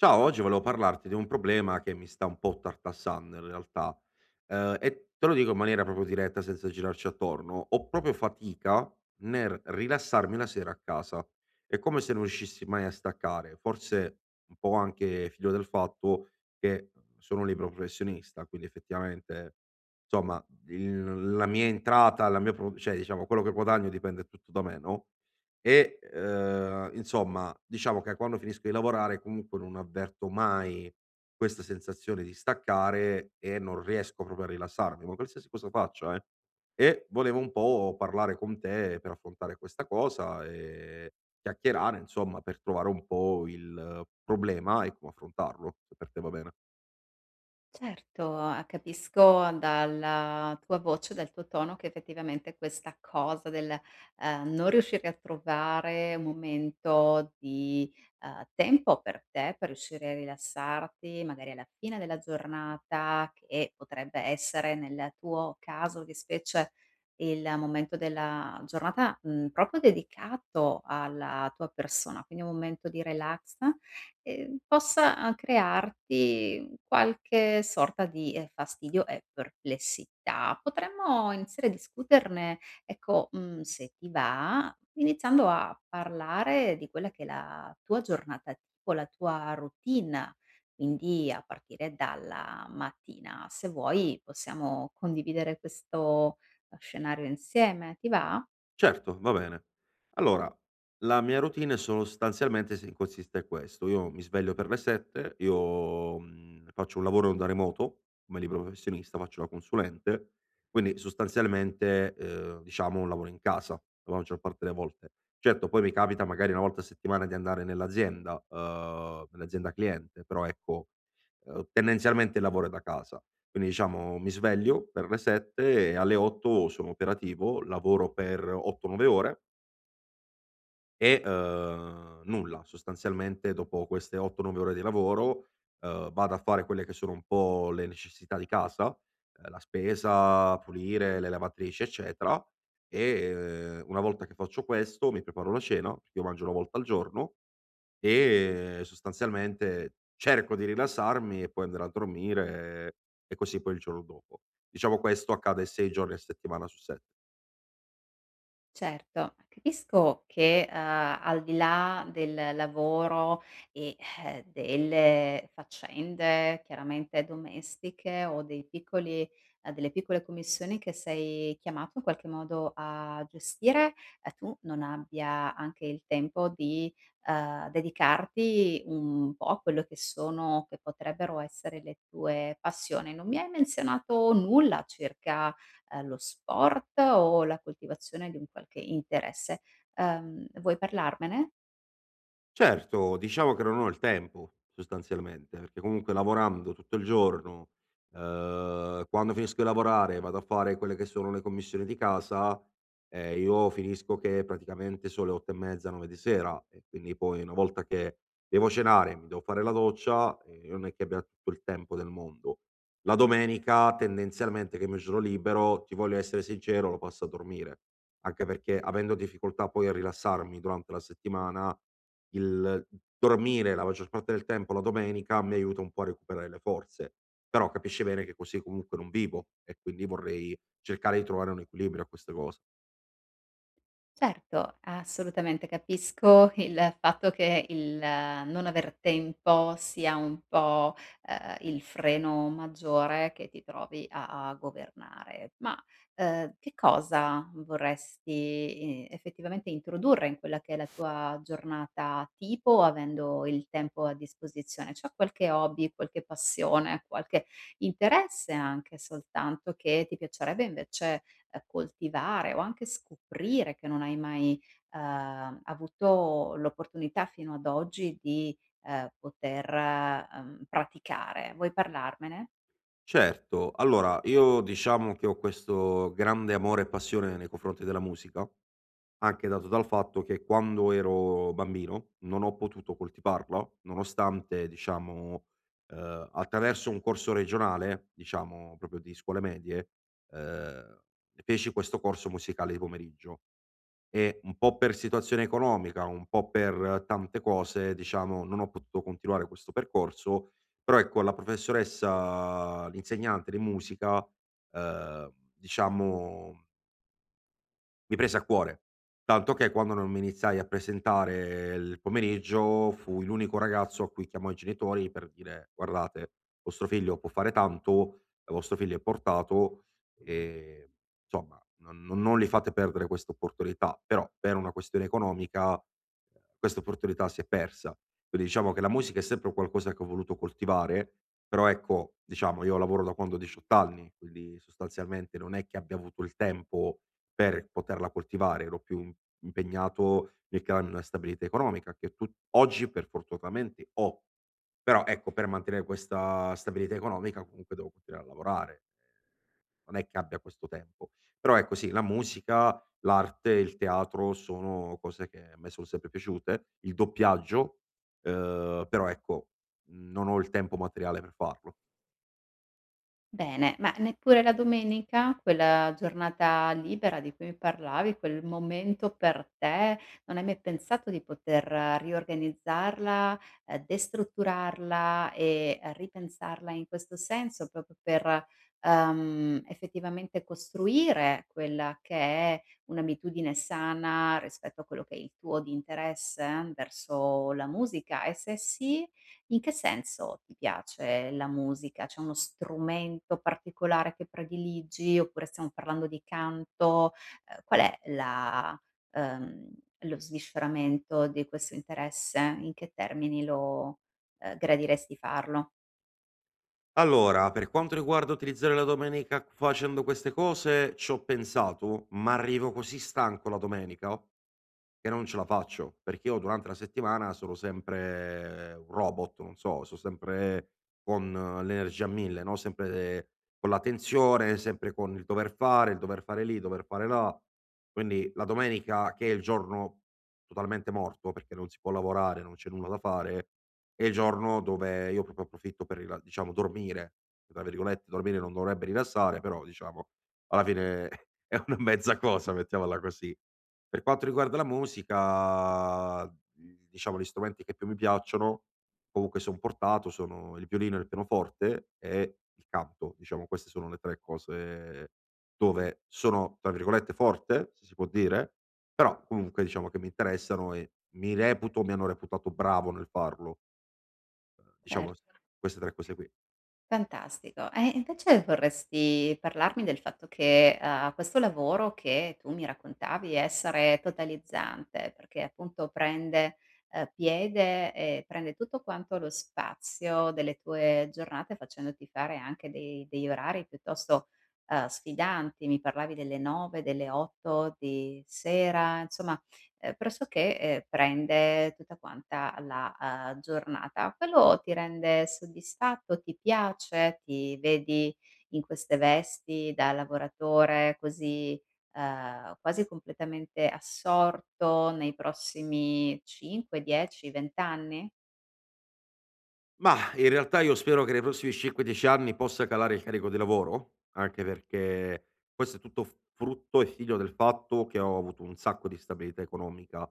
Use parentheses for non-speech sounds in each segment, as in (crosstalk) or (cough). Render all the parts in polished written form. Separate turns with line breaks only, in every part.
Ciao, oggi volevo parlarti di un problema che mi sta un po' tartassando in realtà, e te lo dico in maniera proprio diretta senza girarci attorno. Ho proprio fatica nel rilassarmi la sera a casa. È come se non riuscissi mai a staccare, forse un po' anche figlio del fatto che sono un libero professionista, quindi effettivamente, insomma, il la mia entrata, la mia pro cioè diciamo quello che guadagno dipende tutto da me, no, e, insomma, diciamo che quando finisco di lavorare comunque non avverto mai questa sensazione di staccare e non riesco proprio a rilassarmi, ma qualsiasi cosa faccia, eh. E volevo un po' parlare con te per affrontare questa cosa e chiacchierare, insomma, per trovare un po' il problema e come affrontarlo, se per te va bene.
Certo, a capisco dalla tua voce, dal tuo tono che effettivamente questa cosa del non riuscire a trovare un momento di tempo per te, per riuscire a rilassarti, magari alla fine della giornata, che potrebbe essere nel tuo caso di specie il momento della giornata, mhmm, proprio dedicato alla tua persona, quindi un momento di relax possa crearti qualche sorta di fastidio e perplessità. Potremmo iniziare a discuterne, ecco, mhmm, se ti va, iniziando a parlare di quella che è la tua giornata tipo, la tua routine, quindi a partire dalla mattina. Se vuoi possiamo condividere questo, scenario insieme, ti va?
Certo, va bene. Allora, la mia routine sostanzialmente si consiste in questo: io mi sveglio per le 7, faccio un lavoro da remoto, come libero professionista, faccio la consulente, quindi sostanzialmente, diciamo un lavoro in casa la maggior parte delle volte. Certo, poi mi capita magari 1 volta a settimana di andare nell'azienda cliente, però ecco, tendenzialmente il lavoro è da casa. Quindi diciamo mi sveglio per le 7 e alle 8 sono operativo, lavoro per 8, 9 ore e, nulla. Sostanzialmente dopo queste 8, 9 ore di lavoro, vado a fare quelle che sono un po' le necessità di casa, la spesa, pulire, le lavatrici, eccetera e una volta che faccio questo mi preparo la cena, perché io mangio 1 volta al giorno e sostanzialmente cerco di rilassarmi e poi andare a dormire e così poi il giorno dopo. Diciamo questo accade 6 giorni a settimana su 7.
Certo, capisco che, al di là del lavoro e, delle faccende chiaramente domestiche o dei piccoli delle piccole commissioni che sei chiamato in qualche modo a gestire, tu non abbia anche il tempo di dedicarti un po' a quello che sono che potrebbero essere le tue passioni. Non mi hai menzionato nulla circa lo sport o la coltivazione di un qualche interesse. Vuoi parlarmene?
Certo, diciamo che non ho il tempo sostanzialmente, perché comunque lavorando tutto il giorno, quando finisco di lavorare vado a fare quelle che sono le commissioni di casa, e io finisco che praticamente sono le 8 e mezza, 9 di sera e quindi poi una volta che devo cenare, mi devo fare la doccia, non è che abbia tutto il tempo del mondo. La domenica tendenzialmente, che è il mio giorno libero, ti voglio essere sincero, lo passo a dormire, anche perché avendo difficoltà poi a rilassarmi durante la settimana il dormire la maggior parte del tempo la domenica mi aiuta un po' a recuperare le forze, però capisci bene che così comunque non vivo e quindi vorrei cercare di trovare un equilibrio a questa cosa.
Certo, assolutamente capisco il fatto che il non aver tempo sia un po', il freno maggiore che ti trovi a governare. Ma, che cosa vorresti, effettivamente introdurre in quella che è la tua giornata tipo avendo il tempo a disposizione? C'è qualche hobby, qualche passione, qualche interesse anche soltanto che ti piacerebbe invece coltivare o anche scoprire che non hai mai, avuto l'opportunità fino ad oggi di poter, praticare. Vuoi parlarmene?
Certo, allora io diciamo che ho questo grande amore e passione nei confronti della musica, anche dato dal fatto che quando ero bambino non ho potuto coltivarla, nonostante diciamo, attraverso un corso regionale, diciamo proprio di scuole medie, ehm, feci questo corso musicale di pomeriggio e un po' per situazione economica, un po' per tante cose, diciamo non ho potuto continuare questo percorso, però ecco la professoressa l'insegnante di musica, diciamo mi prese a cuore, tanto che quando non mi iniziai a presentare il pomeriggio, fui l'unico ragazzo a cui chiamò i genitori per dire: "Guardate, vostro figlio può fare tanto, vostro figlio è portato e insomma non gli fate perdere questa opportunità." Però per una questione economica, questa opportunità si è persa. Quindi diciamo che la musica è sempre un qualcosa che ho voluto coltivare, però ecco, diciamo io lavoro da quando ho 18 anni, quindi sostanzialmente non è che abbia avuto il tempo per poterla coltivare, ero più im impegnato nel crearmi una stabilità economica che tu oggi per fortunatamente ho. Però ecco, per mantenere questa stabilità economica comunque devo continuare a lavorare. Non è che abbia questo tempo. Però ecco sì, la musica, l'arte, il teatro sono cose che a me sono sempre piaciute, il doppiaggio, però ecco, non ho il tempo materiale per farlo.
Bene, ma neppure la domenica, quella giornata libera di cui mi parlavi, quel momento per te, non hai mai pensato di poter riorganizzarla, destrutturarla e ripensarla in questo senso, proprio per, effettivamente costruire quella che è un'abitudine sana rispetto a quello che è il tuo di interesse verso la musica? E se sì, in che senso ti piace la musica? C'è uno strumento particolare che prediligi, oppure stiamo parlando di canto? Qual è la ehm, lo svisceramento di questo interesse? In che termini lo, gradiresti farlo?
Allora, per quanto riguarda utilizzare la domenica facendo queste cose, c'ho pensato, ma arrivo così stanco la domenica che non ce la faccio, perché io durante la settimana sono sempre un robot, non so, sono sempre con l'energia a 1000, no, sempre eh, con la tensione, sempre con il dover fare lì, dover fare là. Quindi la domenica, che è il giorno totalmente morto, perché non si può lavorare, non c'è nulla da fare, è il giorno dove io proprio approfitto per rila diciamo "dormire", tra virgolette, dormire non dovrebbe rilassare, però diciamo alla fine (laughs) è una mezza cosa, mettiamola così. Per quanto riguarda la musica, diciamo gli strumenti che più mi piacciono, comunque son portato, sono il violino e il pianoforte e il canto. Diciamo queste sono le 3 cose dove sono, tra virgolette, "forte", se si può dire, però comunque diciamo che mi interessano e mi reputo mi hanno reputato bravo nel farlo,
Cer
diciamo s queste 3 cose qui.
Fantastico. E invece vorresti parlarmi del fatto che, questo lavoro che tu mi raccontavi essere totalizzante, perché appunto prende, piede e prende tutto quanto lo spazio delle tue giornate facendoti fare anche dei degli orari piuttosto, sfidanti. Mi parlavi delle 9, delle 8 di sera, insomma pressoché, prende tutta quanta la, giornata. Quello ti rende soddisfatto? Ti piace? Ti vedi in queste vesti da lavoratore così, quasi completamente assorto nei prossimi 5, 10, 20 anni?
Mah, in realtà io spero che nei prossimi 5, 10 anni possa calare il carico di lavoro, anche perché questo è tutto f frutto e figlio del fatto che ho avuto un sacco di stabilità economica.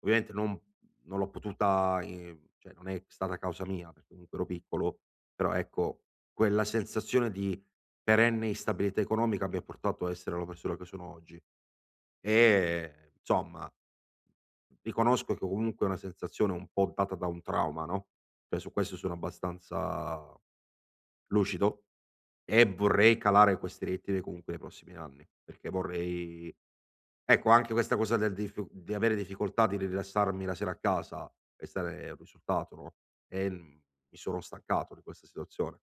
Ovviamente non l'ho potuta, cioè non è stata causa mia, perché comunque ero piccolo, però ecco, quella sensazione di perenne instabilità economica mi ha portato a essere la persona che sono oggi. E insomma, riconosco che comunque è una sensazione un po' data da un trauma, no, cioè su questo sono abbastanza lucido e vorrei calare queste direttive comunque nei prossimi anni, perché vorrei ecco anche questa cosa del dif di avere difficoltà di rilassarmi la sera a casa, questo è un risultato, no, e, mi sono stancato di questa situazione.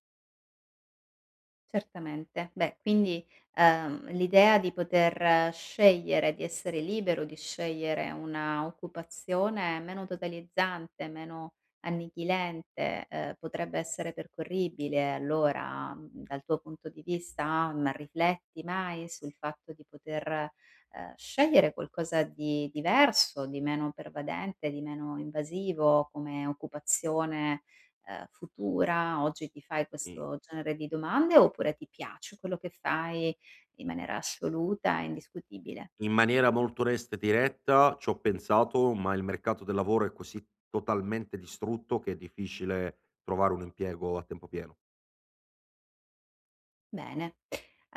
Certamente. Beh, quindi, l'idea di poter scegliere, di essere libero di scegliere una occupazione meno totalizzante, meno annichilente, potrebbe essere percorribile allora, mhmm, dal tuo punto di vista? Ma rifletti mai sul fatto di poter, scegliere qualcosa di diverso, di meno pervadente, di meno invasivo come occupazione, futura, oggi ti fai
I
questo genere di domande oppure ti piace quello che fai in maniera assoluta e indiscutibile?
In maniera molto onesta e diretta ci ho pensato, ma il mercato del lavoro è così totalmente distrutto che è difficile trovare un impiego a tempo pieno.
Bene.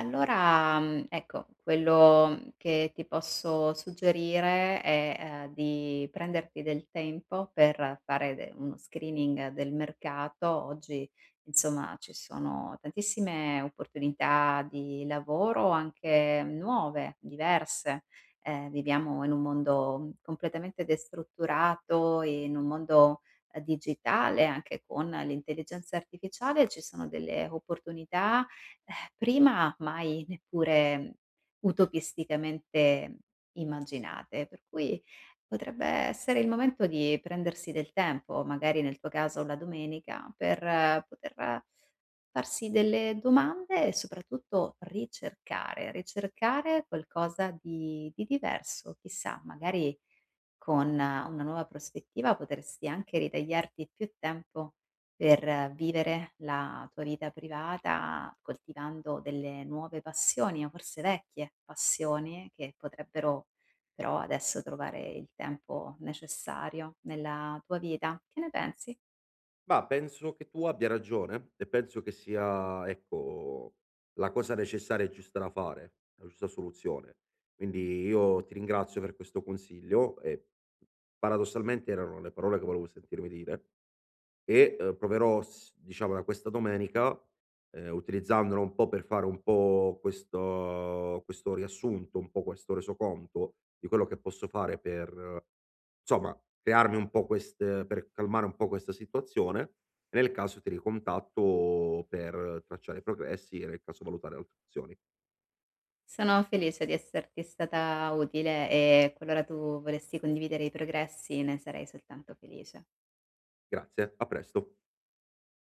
Allora, mhmm, ecco, quello che ti posso suggerire è, di prenderti del tempo per fare de uno screening del mercato. Oggi, insomma, ci sono tantissime opportunità di lavoro, anche nuove, diverse. Viviamo in un mondo completamente destrutturato, in un mondo, digitale, anche con l'intelligenza artificiale, ci sono delle opportunità prima mai neppure utopisticamente immaginate, per cui potrebbe essere il momento di prendersi del tempo, magari nel tuo caso la domenica, per poter farsi delle domande e soprattutto ricercare, ricercare qualcosa di diverso. Chissà, magari con una nuova prospettiva potresti anche ritagliarti più tempo per vivere la tua vita privata, coltivando delle nuove passioni o forse vecchie passioni che potrebbero però adesso trovare il tempo necessario nella tua vita. Che ne pensi?
Ma penso che tu abbia ragione e penso che sia, ecco, la cosa necessaria e giusta da fare, la giusta soluzione. Quindi io ti ringrazio per questo consiglio e paradossalmente erano le parole che volevo sentirmi dire. E, proverò s diciamo da questa domenica, utilizzandolo un po' per fare un po' questo riassunto, un po' questo resoconto di quello che posso fare per, insomma, crearmi un po' queste per calmare un po' questa situazione, e nel caso ti ricontatto per tracciare i progressi e nel caso valutare altre opzioni.
Sono felice di esserti stata utile e qualora tu volessi condividere i progressi ne sarei soltanto felice.
Grazie, a presto.